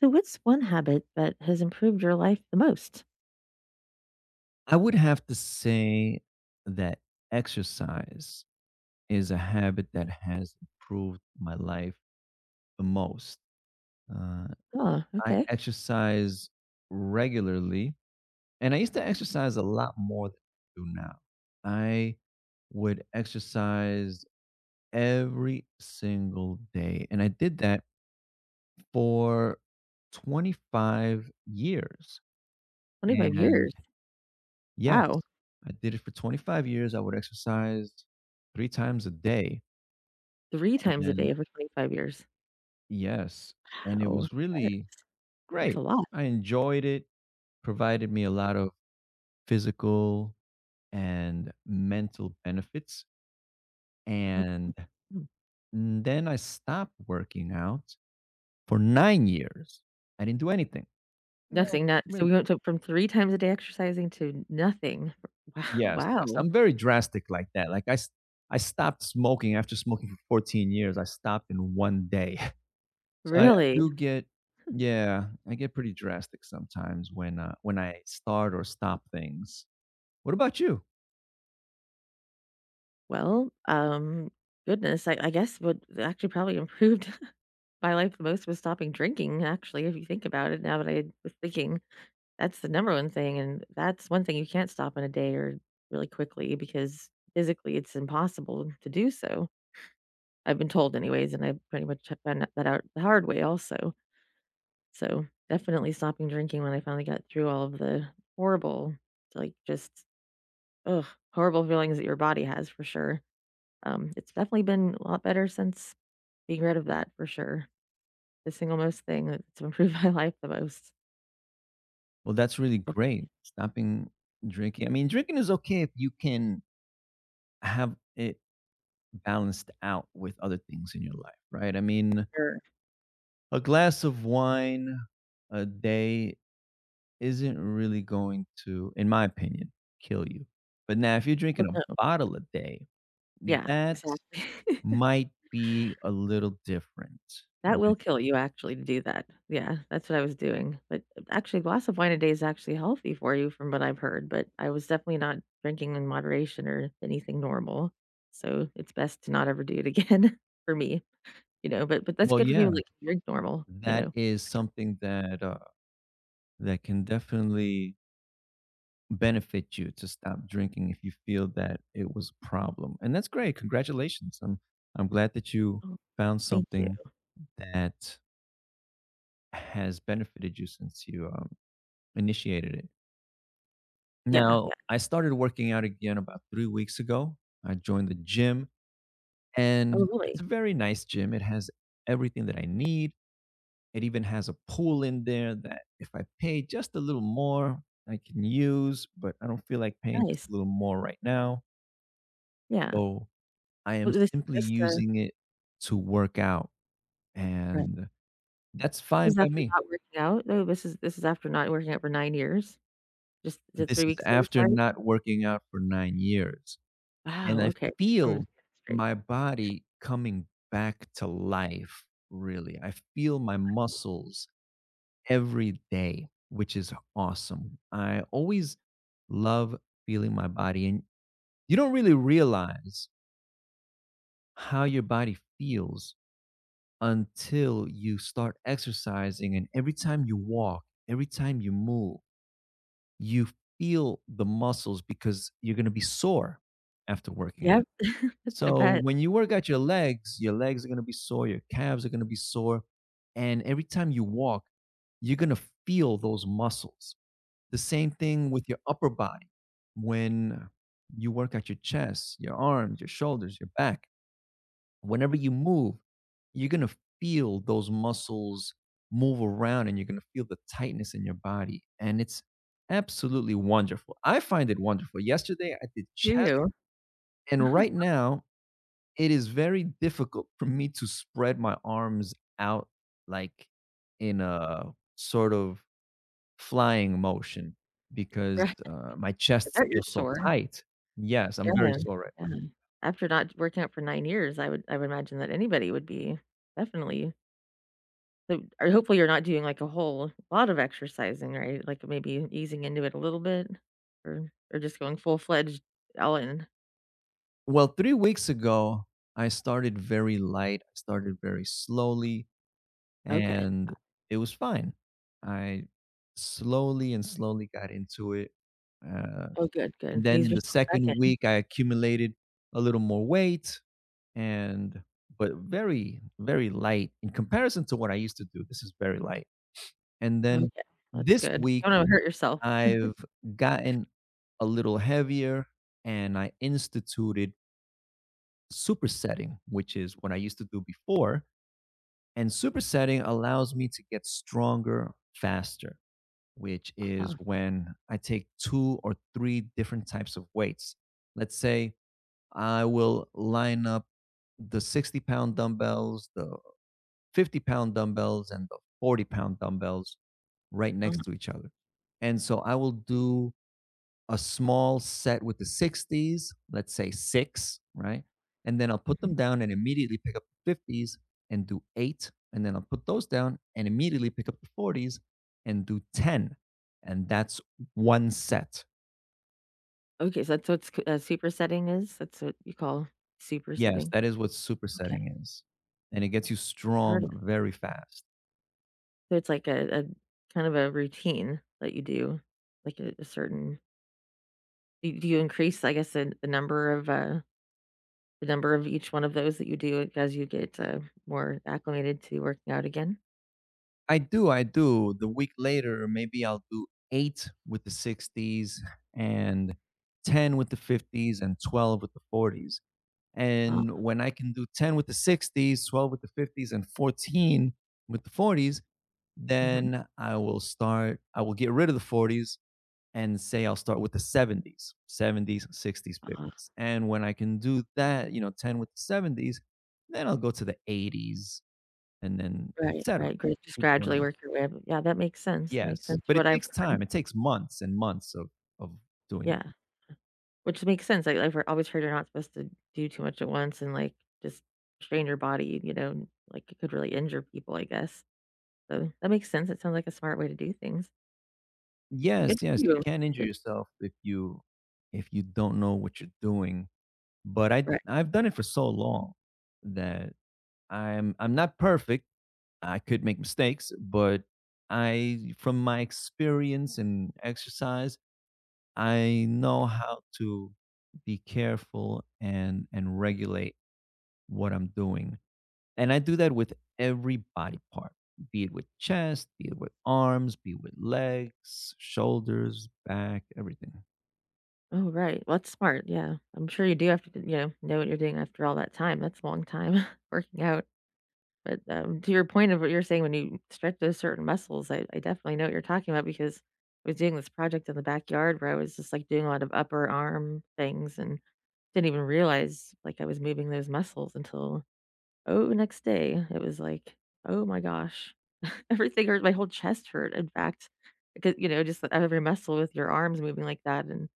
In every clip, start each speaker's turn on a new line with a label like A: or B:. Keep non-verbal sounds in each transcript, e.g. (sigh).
A: So what's one habit that has improved your life the most?
B: I would have to say that exercise is a habit that has improved my life the most. Uh,
A: Oh,
B: I
A: okay.
B: exercise regularly, and I used to exercise a lot more than I do now. I would exercise every single day, and I did that for 25 years.
A: 25
B: And
A: years.
B: yes,
A: Wow.
B: I did it for 25 years. I would exercise 3 times a day,
A: 3 times a
B: and
A: day for 25 years.
B: yes, and it
A: Wow.
B: was
A: That
B: really
A: that's a
B: great.
A: lot.
B: I enjoyed it, provided me a lot of physical and mental benefits,
A: Okay.
B: and
A: Mm.
B: then I stopped working out for 9 years. I didn't do anything. No,
A: Nothing, not so
B: really.
A: we went to from 3 times a day exercising to nothing. (laughs)
B: Yes,
A: Wow,
B: yes.
A: wow.
B: I'm very drastic like that. Like, I stopped smoking after smoking for 14 years. I stopped in 1 day. So I
A: Really?
B: do get, yeah, I get pretty drastic sometimes when I start or stop things. What about you?
A: Well, goodness, I guess what actually probably improved (laughs) my life the most was stopping drinking, actually, if you think about it now that I was thinking. That's the number one thing, and that's one thing you can't stop in a day or really quickly because physically it's impossible to do so. I've been told anyways, and I pretty much have found that out the hard way also. So definitely stopping drinking when I finally got through all of the horrible, like just ugh, horrible feelings that your body has for sure. It's definitely been a lot better since being rid of that for sure. The single most thing that's improved (laughs) my life the most.
B: Well, that's really
A: For
B: great, stopping drinking. I mean, drinking is okay if you can have it balanced out with other things in your life, right? I mean,
A: sure.
B: a glass of wine a day isn't really going to, in my opinion, kill you. But now if you're
A: Oh,
B: drinking a
A: no.
B: bottle a day,
A: Yeah,
B: that
A: exactly. (laughs)
B: might be a little different.
A: That
B: Okay.
A: will kill you actually to do that. Yeah, that's what I was doing, but actually, a glass of wine a day is actually healthy for you from what I've heard, but I was definitely not drinking in moderation or anything normal, so it's best to not ever do it again (laughs) for me, but that's
B: Well,
A: good for
B: yeah,
A: people that can drink normal, you
B: that
A: know.
B: is
A: It's
B: something that, that can definitely benefit you to stop drinking if you feel that it was a problem, and that's great. Congratulations. I'm glad that you
A: good. Oh,
B: found
A: thank you.
B: something that has benefited you since you initiated it?
A: Yeah,
B: Now,
A: yeah.
B: I started working out again about 3 weeks ago. I joined the gym,
A: Oh,
B: and it's a
A: really?
B: very nice gym. It has everything that I need. It even has a pool in there that if I pay just a little more, I can use, but I don't feel like paying just
A: Nice.
B: a little more right now.
A: Yeah.
B: So I am
A: Well, this is
B: simply
A: just, uh.
B: using it to work out.
A: Right.
B: And that's
A: This
B: fine
A: is
B: by
A: after
B: me.
A: not working out? No, this is after not working out for 9 years? Just is it
B: This
A: 3
B: is
A: weeks ago you
B: after
A: started?
B: not working out for 9 years, and
A: Wow,
B: I
A: okay. I just wanted to
B: feel
A: get it straight.
B: my body coming back to life, really. I feel my muscles every day, which is awesome. I always love feeling my body, and you don't really realize how your body feels until you start exercising, and every time you walk, every time you move you feel the muscles because you're going to be sore after working out.
A: Yep. (laughs) I
B: So
A: bet
B: when you work out your legs are going to be sore, your calves are going to be sore. And every time you walk, you're going to feel those muscles. The same thing with your upper body. When you work out your chest, your arms, your shoulders, your back, whenever you move, you're gonna feel those muscles move around and you're gonna feel the tightness in your body. And it's absolutely wonderful. I find it wonderful. Yesterday, I did chest,
A: too.
B: and right now, it is very difficult for me to spread my arms out like in a sort of flying motion because
A: Right.
B: my
A: I
B: chest
A: bet you're
B: feels so
A: sore.
B: tight. Yes, I'm very
A: Yeah,
B: sore right.
A: yeah. After not working out for 9 years, I would imagine that anybody would be definitely so, or hopefully you're not doing, like, a whole lot of exercising, right? Like, maybe easing into it a little bit or just going full-fledged all in.
B: Well, 3 weeks ago, I started very light, I started very slowly,
A: Okay.
B: and it was fine. I slowly and slowly got into it, uh,
A: Oh, good,
B: and
A: good.
B: then
A: Ease
B: in the
A: yourself back
B: 2nd
A: in.
B: week, I accumulated a little more weight and but very, very light in comparison to what I used to do, this is very light, and then
A: Okay. That's
B: this
A: good.
B: week,
A: Don't wanna hurt yourself.
B: I've gotten a little heavier, and I instituted supersetting, which is what I used to do before. And supersetting allows me to get stronger faster, which is
A: Uh-huh.
B: when I take two or three different types of weights. Let's say I will line up the 60 pound dumbbells, the 50 pound dumbbells, and the 40 pound dumbbells right
A: Uh-huh.
B: next to each other. And so I will do a small set with the 60s, let's say six, right? And then I'll put
A: Mhm.
B: them down and immediately pick up the 50s and do eight. And then I'll put those down and immediately pick up the 40s and do 10. And that's one set.
A: Okay, so that's what s supersetting is? That's what you call
B: Yes,
A: supersetting?
B: that is what
A: Okay.
B: supersetting is. And it gets
A: Oh,
B: you
A: I've heard.
B: strong very fast.
A: So it's like a kind of a routine that you do, like a certain do you increase, I guess, the number of, the number of each one of those that you do as you get, more acclimated to working out again?
B: I do, I do. The week later, maybe I'll do eight with the 60s and 10 with the 50s and 12 with the 40s.
A: Oh,
B: And when I can do 10 with the 60s, 12 with the 50s, and 14 with the 40s,
A: mhm.
B: then I will get rid of the 40s and say I'll start with the 70s, 70s, 60s,
A: Uh,
B: 50s. And when I can do that, you know, 10 with the 70s, then I'll go to the 80s and then et
A: right,
B: cetera.
A: right, great, just
B: Keep going up.
A: gradually work your way up. Yeah, that makes
B: Yes.
A: sense
B: But
A: from
B: it
A: what I've
B: takes
A: heard.
B: time. It takes months and months of doing. That.
A: Yeah, which makes sense, I I've hear always heard you're not supposed to do too much at once and, like, just strain your body, you know, like, it could really injure people, I guess. So, that makes sense, it sounds like a smart way to do things. Like,
B: Yes.
A: good for.
B: Yes.
A: Yeah,
B: You
A: you.
B: can injure
A: Good,
B: yourself if you don't know what you're doing. But I
A: right.
B: I've done it for so long that I'm not perfect. I could make mistakes, but I from my experience and exercise, I know how to be careful and regulate what I'm doing. And I do that with every body part, be it with chest, be it with arms, be it with legs, shoulders, back, everything.
A: Oh, right, well, that's smart, yeah. I'm sure you do have to you know what you're doing after all that time, that's a long time (laughs) working out, but, to your point of what you're saying when you stretch those certain muscles, I definitely know what you're talking about because I was doing this project in the backyard where I was just, like, doing a lot of upper arm things and didn't even realize, like, I was moving those muscles until, oh, next day, it was like, "Oh my gosh, everything hurt, my whole chest hurt," in fact, because, you know, just every muscle with your arms moving like that, and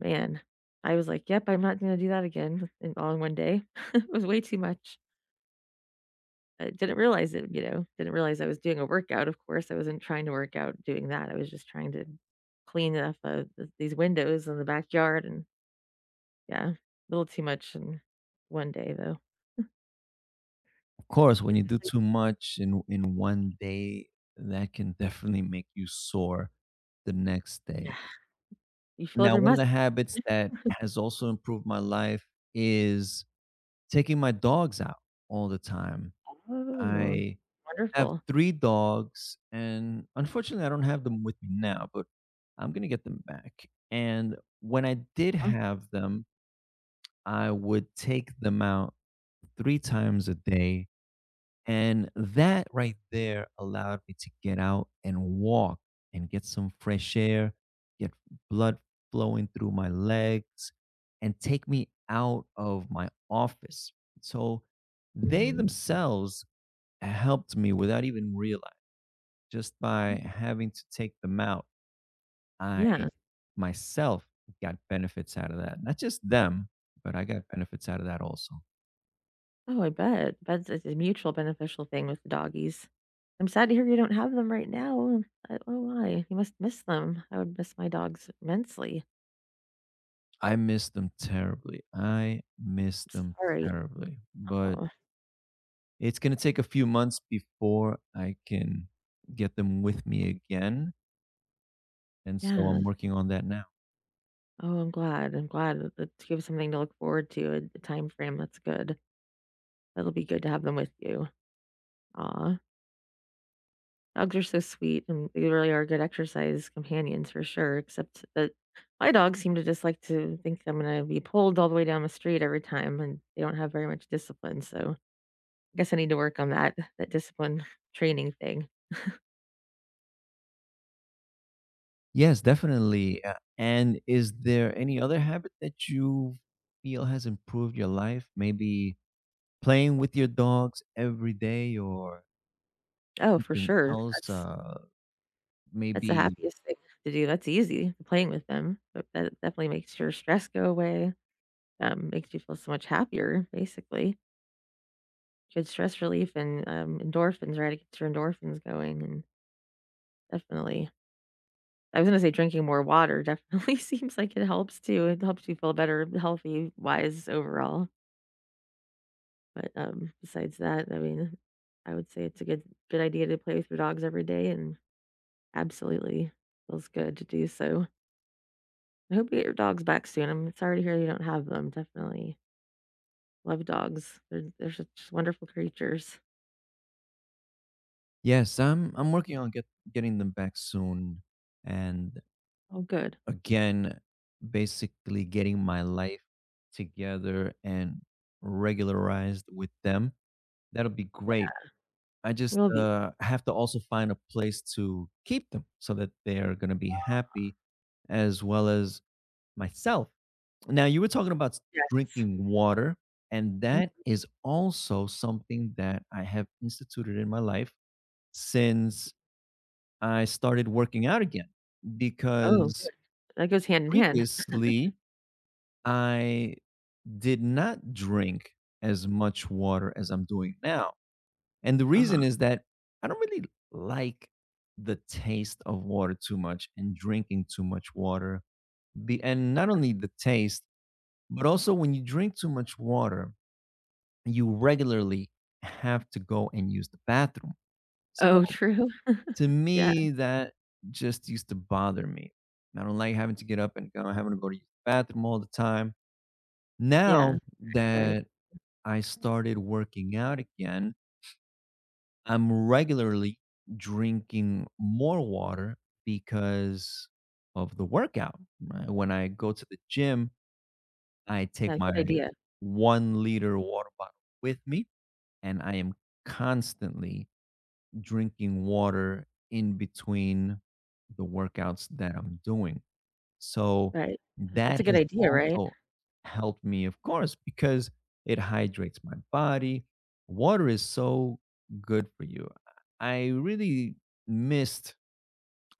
A: man, I was like, "Yep, I'm not gonna do that again," in all in one day. (laughs) It was way too much. I didn't realize it, you know, didn't realize I was doing a workout, of course, I wasn't trying to work out doing that, I was just trying to clean up of th these windows in the backyard and yeah, a little too much in one day, though.
B: Course, when
A: But
B: you
A: you
B: do
A: think,
B: too much in 1 day, that can definitely make you sore the next day.
A: yeah, you feel
B: Now,
A: every
B: one of the
A: muscle.
B: habits that has also improved my life is taking my dogs out all the time.
A: Oh,
B: I have
A: wonderful.
B: three dogs, and unfortunately, I don't have them with me now, but I'm gonna get them back. And when I did
A: Huh?
B: have them, I would take them out 3 times a day. And that right there allowed me to get out and walk and get some fresh air, get blood flowing through my legs, and take me out of my office. So they
A: Mhm.
B: themselves helped me without even realizing, just by having to take them out. I
A: Yeah.
B: myself got benefits out of that. Not just them, but I got benefits out of that also.
A: Oh, I bet. That's It's a mutual beneficial thing with the doggies. I'm sad to hear you don't have them right now. I do why. You must miss them. I would miss my dogs immensely.
B: I miss them terribly. I miss
A: I'm
B: them
A: sorry.
B: terribly, but
A: Oh,
B: it's gonna take a few months before I can get them with me again, and so I'm
A: yeah.
B: working on that now.
A: Oh, I'm glad. That you have something to look forward to, a time frame. That's good. That'll be good to have them with you. Aw. Dogs are so sweet and they really are good exercise companions for sure, except that my dogs seem to just like to think I'm going to be pulled all the way down the street every time and they don't have very much discipline. So guess I need to work on that discipline training thing.
B: Yes, definitely, and is there any other habit that you feel has improved your life? Maybe playing with your dogs every day or
A: Oh, for
B: something
A: sure.
B: else,
A: That's the
B: maybe.
A: happiest thing to do. That's easy, playing with them, but that definitely makes your stress go away, makes you feel so much happier, basically. Good stress relief and, endorphins, right? It gets your endorphins going and definitely I was gonna say drinking more water definitely (laughs) seems like it helps too. It helps you feel better, healthy, wise overall. But, besides that, I mean, I would say it's a good idea to play with your dogs every day and absolutely. Feels good to do so. I hope you get your dogs back soon. I'm sorry to hear you don't have them, definitely. Love dogs. They're such wonderful creatures.
B: Yes, I'm working on getting them back soon, and
A: Oh, good.
B: again, basically getting my life together and regularized with them. That'll be
A: Yeah.
B: great. I just
A: You'll be.
B: have to also find a place to keep them so that they are going to be happy as well as myself. Now, you were talking about
A: Yes.
B: drinking water, and
A: Mm,
B: that is also something that I have instituted in my life since I started working out again
A: oh, good.
B: because
A: That goes hand in hand.
B: previously I did not drink as much water as I'm doing now. And the reason
A: Uh-huh.
B: is that I don't really like the taste of water too much and drinking too much water. The, and not only the taste, but also when you drink too much water, you regularly have to go and use the bathroom. So
A: Oh, (laughs) true.
B: to
A: Yeah,
B: me, that just used to bother me. I don't like having to get up and go, having to go to the bathroom all the time.
A: yeah,
B: Now
A: right.
B: that I started working out again, I'm regularly drinking more water because of the workout. Right? When I go to the gym, I take
A: Yeah,
B: my
A: good idea.
B: 1 liter water bottle with me, and I am constantly drinking water in between the workouts that I'm doing. So
A: Right. That's
B: that
A: a good
B: has
A: idea, right?
B: also helped me, of course, because it hydrates my body. Water is so good for you. I really missed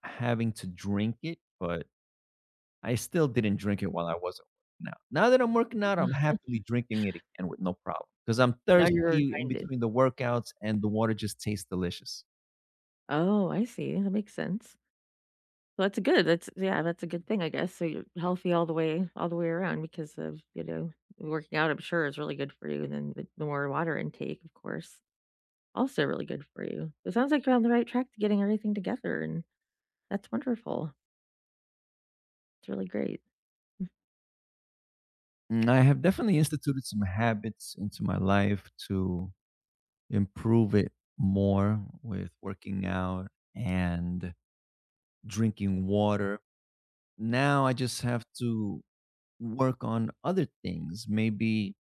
B: having to drink it, but I still didn't drink it while I wasn't working out. Now that I'm working out,
A: Mhm.
B: I'm happily drinking it again with no problem because I'm
A: Now you're
B: thirsty in
A: reminded.
B: between the workouts and the water just tastes delicious.
A: Oh, I see. That makes sense. Well, that's good. That's yeah, that's a good thing, I guess. So you're healthy all the way around because of, you know, working out, I'm sure is really good for you. And then the more water intake, of course, also really good for you. It sounds like you're on the right track to getting everything together and that's wonderful. It's really great.
B: Mm, I have definitely instituted some habits into my life to improve it more with working out and drinking water. Now I just have to work on other things, maybe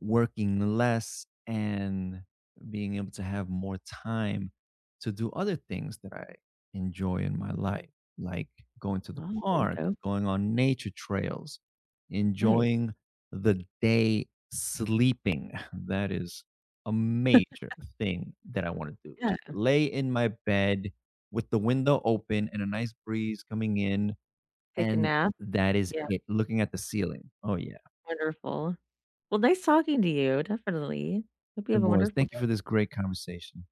B: working less and being able to have more time to do other things that I enjoy in my life, like going to the
A: Oh, there you
B: park,
A: go.
B: going on nature trails,
A: Nice.
B: enjoying the day sleeping. (laughs) That is a major thing that I want to do.
A: Yeah.
B: Just lay in my bed with the window open and a nice breeze coming in.
A: Take a
B: And
A: nap.
B: that is
A: Yeah.
B: it. Looking at the ceiling. Oh, yeah,
A: Wonderful. Well, nice talking to you. Definitely. Hope you
B: it
A: have a
B: was.
A: wonderful
B: Thank you for
A: day.
B: this great conversation.